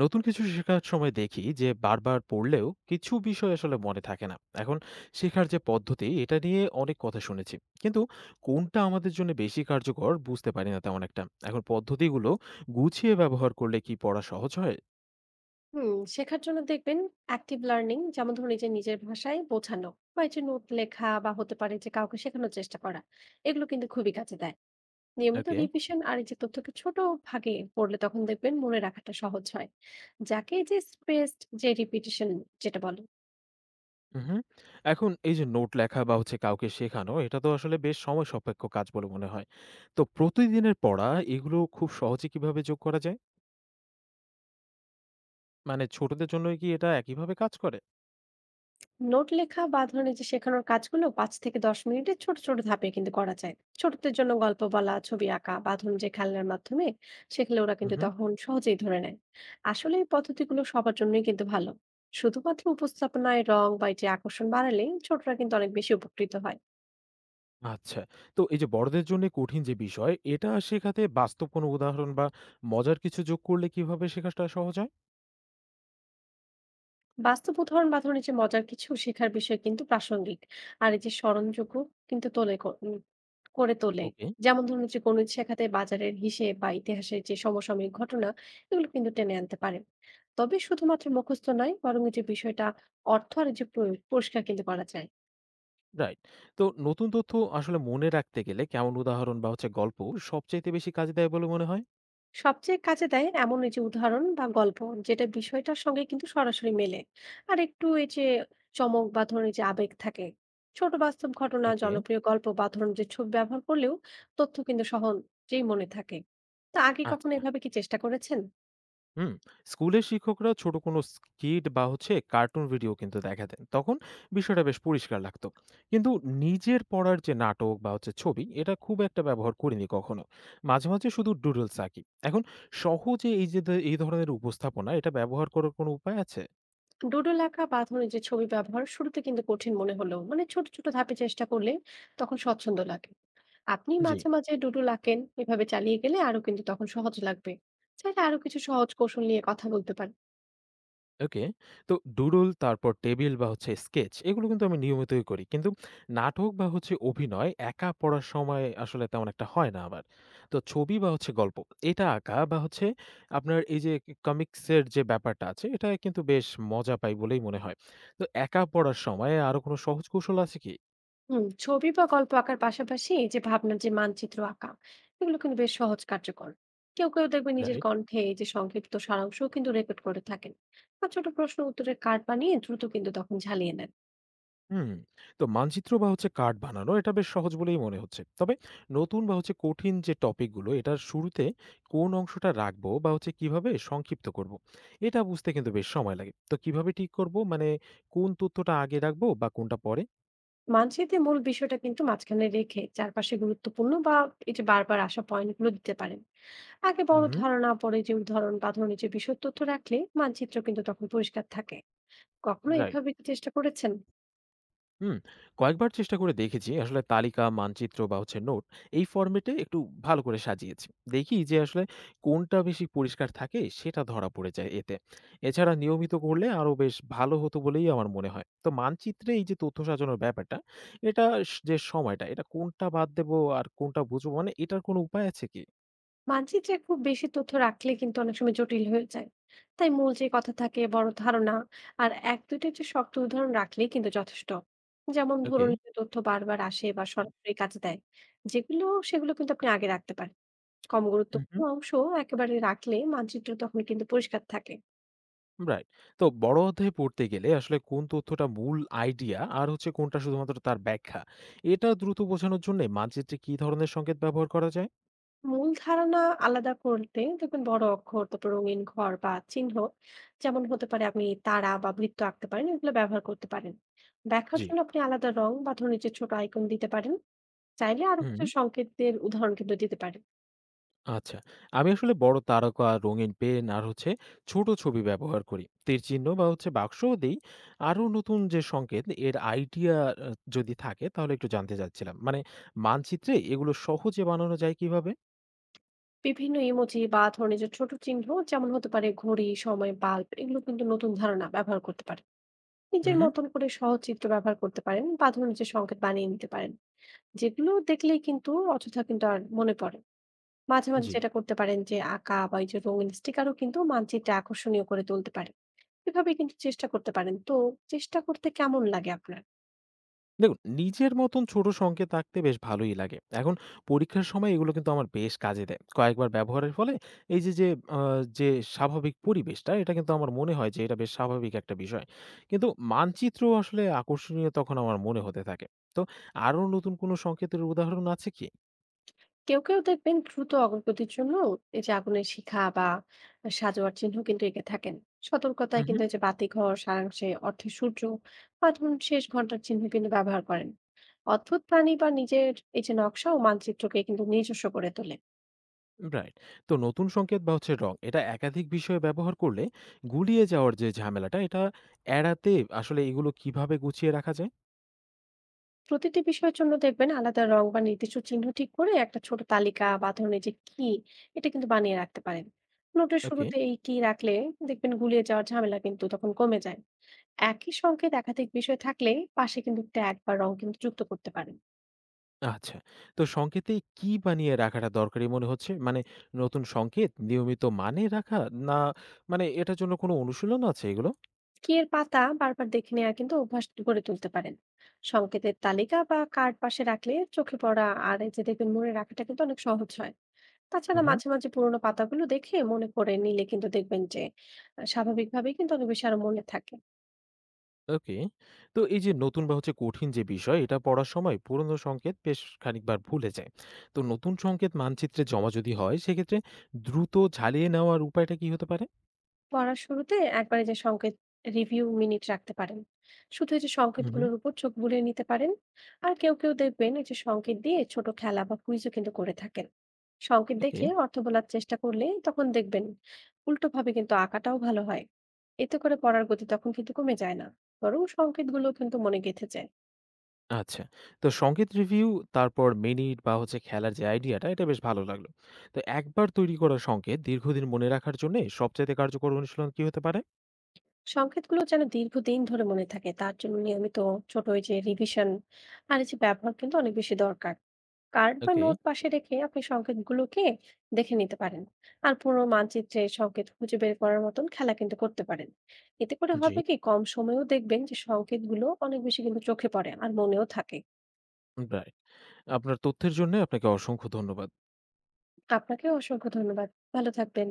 নতুন কিছু শেখার সময় দেখি যে বারবার পড়লেও কিছু বিষয় আসলে মনে থাকে না। এখন শেখার যে পদ্ধতি এটা নিয়ে অনেক কথা শুনেছি, কিন্তু কোনটা আমাদের জন্য বেশি কার্যকর বুঝতে পারি না তেমন একটা। এখন পদ্ধতিগুলো গুছিয়ে ব্যবহার করলে কি পড়া সহজ হয়? হুম শেখার জন্য দেখবেন অ্যাক্টিভ লার্নিং, যেমন ধরুন এই যে নিজের ভাষায় বোঝানো, বা এই যে নোট লেখা, বা হতে পারে যে কাউকে শেখানোর চেষ্টা করা, এগুলো কিন্তু খুবই কাজে দেয়। নিয়মিত ওকে। রিভিশন আর এই যে তথ্যকে ছোট ভাগে পড়লে তখন দেখবেন মনে রাখাটা সহজ হয়, যাকে এই যে স্পেসড যে রিপিটিশন যেটা বলে। হুম। এখন এই যে নোট লেখা বা হচ্ছে কাউকে শেখানো, এটা তো আসলে বেশ সময় সাপেক্ষ কাজ বলে মনে হয়। তো প্রতিদিনের পড়া এগুলো খুব সহজে কিভাবে যোগ করা যায়? মানে ছোটদের জন্য কি এটা একইভাবে কাজ করে? নোট লেখা বা ধরনের যে শেখানোর কাজগুলো 5 থেকে 10 মিনিটে ছোট ছোট ধাপে কিন্তু করা যায়। ছোটদের জন্য গল্প বলা, ছবি আঁকা, বা ধরুন যে খেলনার মাধ্যমে শেখলে ওরা কিন্তু তখন সহজেই ধরে নেয়। আসলে এই পদ্ধতিগুলো সবার জন্যই কিন্তু ভালো, শুধুমাত্র উপস্থাপনায় রং বা এই যে আকর্ষণ বাড়ালে ছোটরা কিন্তু অনেক বেশি উপকৃত হয়। আচ্ছা। তো এই যে বড়দের জন্যে কঠিন যে বিষয়, এটা শেখাতে বাস্তব কোনো উদাহরণ বা মজার কিছু যোগ করলে কিভাবে শেখাটা সহজ হয়? বাস্তব উদাহরণ বা ধরুন এই যে মজার কিছু শেখার বিষয় কিন্তু প্রাসঙ্গিক আর এই যে স্মরণযোগ্য কিন্তু তোলে করে তোলে। ওকে। যেমন ধরুন এই যে গণিত শেখাতে বাজারের হিসেব বা ইতিহাসের যে সমসাময়িক ঘটনা, এগুলো কিন্তু টেনে আনতে পারে। তবে শুধুমাত্র মুখস্থ নয়, বরং এই যে বিষয়টা অর্থ আর এই যে প্রয়োগ পরিষ্কার কিন্তু করা যায়। রাইট। তো নতুন তথ্য আসলে মনে রাখতে গেলে কেমন উদাহরণ বা হচ্ছে গল্প সবচাইতে বেশি কাজে দেয় বলে মনে হয়? সবচেয়ে কাজে দেয় এমন এই যে উদাহরণ বা গল্প যেটা বিষয়টার সঙ্গে কিন্তু সরাসরি মেলে আর একটু এই যে চমক বা ধরুন এই যে আবেগ থাকে। ছোট বাস্তব ঘটনা, ওকে। জনপ্রিয় গল্প বা ধরুন যে ছবি ব্যবহার করলেও তথ্য কিন্তু সহজেই মনে থাকে। তো আগে কখনো আচ্ছা। এভাবে কি চেষ্টা করেছেন? হুম। স্কুলের শিক্ষকরা ছোট কোনো স্কিট বা হচ্ছে কার্টুন ভিডিও কিন্তু দেখাতেন। তখন বিষয়টা বেশ পরিষ্কার লাগতো। কিন্তু নিজের পড়ার যে নাটক বা হচ্ছে ছবি, এটা খুব একটা ব্যবহার করিনি কখনো। মাঝে, মাঝে শুধু ডুডলস আঁকি। এখন সহজে এই যে এই ধরনের উপস্থাপনা, এটা ব্যবহার করার কোনো উপায় আছে? ডুডল আঁকা বা ধরুন এই যে ছবি ব্যবহার শুরুতে কিন্তু কঠিন মনে হলো, মানে ছোট ছোট ধাপে চেষ্টা করলে তখন স্বচ্ছন্দ লাগে। আপনি জি। মাঝে মাঝে ডুডল আঁকেন, এভাবে চালিয়ে গেলে আরো কিন্তু তখন সহজ লাগবে। চাইলে আরো কিছু সহজ কৌশল নিয়ে কথা বলতে পারেন। ওকে। তো ডুডল, তারপর টেবিল বা হচ্ছে স্কেচ এগুলো কিন্তু আমি নিয়মিতই করি। কিন্তু নাটক বা হচ্ছে অভিনয় একা পড়ার সময় আসলে তেমন একটা হয় না আমার। তো ছবি বা হচ্ছে গল্প এটা আঁকা বা হচ্ছে আপনার এই যে কমিকস এর যে ব্যাপারটা আছে, এটা কিন্তু বেশ মজা পাই বলেই মনে হয়। তো একা পড়ার সময় আরো কোনো সহজ কৌশল আছে কি? ছবি বা গল্প আঁকার পাশাপাশি এই যে ভাবনার যে মানচিত্র আঁকা, এগুলো কিন্তু বেশ সহজ কার্যকর। কেউ কেউ দেখবে নিজের রাইট। কণ্ঠে এই যে সংক্ষিপ্ত সারাংশও কিন্তু রেকর্ড করে থাকেন, বা ছোট প্রশ্ন উত্তরের কার্ড বানিয়ে দ্রুত কিন্তু তখন ঝালিয়ে নেন। হুম। তো মানচিত্র বা হচ্ছে কার্ড বানানো এটা বেশ সহজ বলেই মনে হচ্ছে। তবে নতুন বা হচ্ছে কঠিন যে টপিক গুলো, এটার শুরুতে কোন অংশটা রাখবো বা হচ্ছে কিভাবে সংক্ষিপ্ত করব, এটা বুঝতে কিন্তু বেশ সময় লাগে। তো কিভাবে ঠিক করব? মানে কোন তথ্যটা আগে রাখবো বা কোনটা পরে? মানচিত্রে মূল বিষয়টা কিন্তু মাঝখানে রেখে চারপাশে গুরুত্বপূর্ণ বা এই যে বারবার আসা পয়েন্টগুলো দিতে পারেন। আগে বড় হুম। ধারণা, পরে যে উদাহরণ বা ধরনের যে বিশদ তথ্য রাখলে মানচিত্র কিন্তু তখন পরিষ্কার থাকে। কখনো রাইট। এভাবে কি চেষ্টা করেছেন? হুম, কয়েকবার চেষ্টা করে দেখেছি। আসলে তালিকা, মানচিত্র বা হচ্ছে নোট এই ফরম্যাটে একটু ভালো করে সাজিয়েছি। দেখি যে আসলে কোনটা বেশি পরিষ্কার থাকে সেটা ধরা পড়ে যায় এতে। এছাড়া নিয়মিত করলে আরো বেশ ভালো হতো বলেই আমার মনে হয়। তো মানচিত্রে এই যে তথ্য সাজানোর ব্যাপারটা, এটা যে সময়টা, এটা কোনটা বাদ দেবো আর কোনটা বুঝবো, মানে এটার কোনো উপায় আছে কি? মানচিত্রে খুব বেশি তথ্য রাখলে কিন্তু অনেক সময় জটিল হয়ে যায়। তাই মূল যে কথা থাকে বড় ধারণা আর এক দুইটা যে শক্ত উদাহরণ রাখলেই কিন্তু যথেষ্ট। যেমন ওকে। ধরুন যে তথ্য বারবার আসে বা সরাসরি কাজে দেয় যেগুলো, সেগুলো কিন্তু আপনি আগে রাখতে পারেন। কম উহু। গুরুত্বপূর্ণ অংশ একেবারে রাখলে মানচিত্র তখন কিন্তু পরিষ্কার থাকে। রাইট। তো বড় অধ্যায়ে পড়তে গেলে আসলে কোন তথ্যটা মূল আইডিয়া আর হচ্ছে কোনটা শুধুমাত্র তার ব্যাখ্যা, এটা দ্রুত বোঝানোর জন্যে মানচিত্রে কি ধরনের সংকেত ব্যবহার করা যায়? মূল ধারণা আলাদা করতে দেখবেন বড় অক্ষর, তারপর রঙিন ঘর বা চিহ্ন, যেমন হতে পারে আপনি তারা বা বৃত্ত আঁকতে পারেন, এগুলো ব্যবহার করতে পারেন। ব্যাখ্যার জি। জন্য আপনি আলাদা রং বা ধরুন এই যে ছোট আইকন দিতে পারেন। চাইলে আরো হুম, কিছু সংকেতের উদাহরণ কিন্তু দিতে পারেন। আচ্ছা। আমি আসলে বড় তারকা, রঙিন পেন আর হচ্ছে ছোট ছবি ব্যবহার করি। তীর চিহ্ন বা হচ্ছে বাক্সও দেই। আরো নতুন যে সংকেত এর আইডিয়া আ যদি থাকে তাহলে একটু জানতে চাচ্ছিলাম। মানে মানচিত্রে এগুলো সহজে বানানো যায় কিভাবে? বিভিন্ন ইমোজি বা ধরুন এই যে ছোট চিহ্ন, যেমন হতে পারে ঘড়ি, সময়, বাল্ব, এগুলো কিন্তু নতুন ধারণা ব্যবহার করতে পারেন। নিজের উহু। মতন করে সহজ চিত্র ব্যবহার করতে পারেন, বা ধরুন এই যে সংকেত বানিয়ে নিতে পারেন, যেগুলো দেখলেই কিন্তু অযথা কিন্তু আর মনে পড়ে না। মাঝে মাঝে জি। যেটা করতে পারেন, যে আঁকা বা এই যে রঙিন স্টিকারও কিন্তু মানচিত্রে আকর্ষণীয় করে তুলতে পারে। এভাবে কিন্তু চেষ্টা করতে পারেন। তো চেষ্টা করতে কেমন লাগে আপনার? দেখুন, নিজের মতন ছোট সংকেত আঁকতে বেশ ভালোই লাগে। এখন পরীক্ষার সময় এগুলো কিন্তু আমার বেশ কাজে দেয়। কয়েকবার ব্যবহারের ফলে এই যে, যে, আ যে, স্বাভাবিক পরিবেশটা, এটা কিন্তু আমার মনে হয় যে এটা বেশ স্বাভাবিক একটা বিষয়। কিন্তু মানচিত্র আসলে আকর্ষণীয় তখন আমার মনে হতে থাকে। তো আরো নতুন কোনো সংকেতের উদাহরণ আছে কি? কেউ কেউ দেখবেন দ্রুত অগ্রগতির জন্য এই যে আগুনের শিখা বা সাজোয়ার চিহ্ন কিন্তু এঁকে থাকেন। সতর্কতায় উহু। কিন্তু এই যে বাতিঘর, সারাংশে, অর্থে সূর্য বা ধরুন শেষ ঘন্টার চিহ্ন কিন্তু ব্যবহার করেন। অদ্ভুত প্রাণী বা নিজের এই যে নকশা ও মানচিত্রকে কিন্তু নিজস্ব করে তোলে। রাইট। তো নতুন সংকেত বা হচ্ছে রং এটা একাধিক বিষয়ে ব্যবহার করলে গুলিয়ে যাওয়ার যে ঝামেলাটা এটা এড়াতে আসলে এগুলো কিভাবে গুছিয়ে রাখা যায়? প্রতিটি বিষয়ের জন্য দেখবেন আলাদা রং বা নির্দিষ্ট চিহ্ন ঠিক করে একটা ছোট তালিকা বা ধরুন এই যে কি, এটা কিন্তু বানিয়ে রাখতে পারেন। নোটের ওকে। শুরুতে এই কি রাখলে দেখবেন গুলিয়ে যাওয়ার ঝামেলা কিন্তু তখন কমে যায়। একই সংকেত একাধিক বিষয় থাকলে পাশে কিন্তু ট্যাগ বা রং কিন্তু যুক্ত করতে পারেন। আচ্ছা। তো সংকেতে কি বানিয়ে রাখাটা দরকারি মনে হচ্ছে? মানে নতুন সংকেত নিয়মিত মানে রাখা? না, মানে এটার জন্য কোনো অনুশীলন আছে এগুলো? কি এর পাতা বারবার দেখে নেওয়া কিন্তু অভ্যাস গড়ে তুলতে পারেন। সংকেতের তালিকা বা কার্ড পাশে রাখলে চোখে পড়া আর এই যে দেখবেন মনে রাখাটা কিন্তু অনেক সহজ হয়। তাছাড়া উহু। মাঝে মাঝে পুরোনো পাতাগুলো দেখে মনে করে নিলে কিন্তু দেখবেন যে স্বাভাবিকভাবেই কিন্তু অনেক বেশি আরো মনে থাকে। ওকে। তো এই যে নতুন বা হচ্ছে কঠিন যে বিষয় এটা পড়ার সময় পুরনো সংকেত বেশ খানিকবার ভুলে যায়। তো নতুন সংকেত মানচিত্রে জমা যদি হয়, সেক্ষেত্রে দ্রুত ঝালিয়ে নেওয়ার উপায়টা কি হতে পারে? পড়ার শুরুতে একবারে যে সংকেত রিভিউ মিনিট রাখতে পারেন। শুধু এই যে উহু। সংকেতগুলোর উপর চোখ বুলিয়ে নিতে পারেন। আর কেউ কেউ দেখবেন এই যে সংকেত দিয়ে ছোট খেলা বা কুইজও কিন্তু করে থাকেন। সংকেত ওকে। দেখে অর্থ বলার চেষ্টা করলে তখন দেখবেন উল্টোভাবে কিন্তু আঁকাটাও ভালো হয়। এতে করে পড়ার গতি তখন কিন্তু কমে যায় না, বরং সংকেতগুলো কিন্তু মনে গেঁথে যায়। আচ্ছা। তো সংগীত রিভিউ, তারপর মিনিট বা হচ্ছে খেলার যে আইডিয়াটা, এটা বেশ ভালো লাগলো। তো একবার তৈরি করা সংকেত দীর্ঘদিন মনে রাখার জন্যে সবচাইতে কার্যকর অনুশীলন কি হতে পারে? সংকেতগুলো যেন দীর্ঘদিন ধরে মনে থাকে তার জন্য নিয়মিত ছোট ওই যে রিভিশন আর এই যে ব্যবহার কিন্তু অনেক বেশি দরকার। কার্ড বা ওকে। নোট পাশে রেখে আপনি সংকেতগুলোকে দেখে নিতে পারেন, আর পুরো মানচিত্রে সংকেত খুঁজে বের করার মতন খেলা কিন্তু করতে পারেন। এতে করে জি। হবে কি, কম সময়েও দেখবেন যে সংকেতগুলো অনেক বেশি কিন্তু চোখে পড়ে আর মনেও থাকে। রাইট। আপনার তথ্যের জন্যে আপনাকে অসংখ্য ধন্যবাদ। আপনাকে অসংখ্য ধন্যবাদ। ভালো থাকবেন।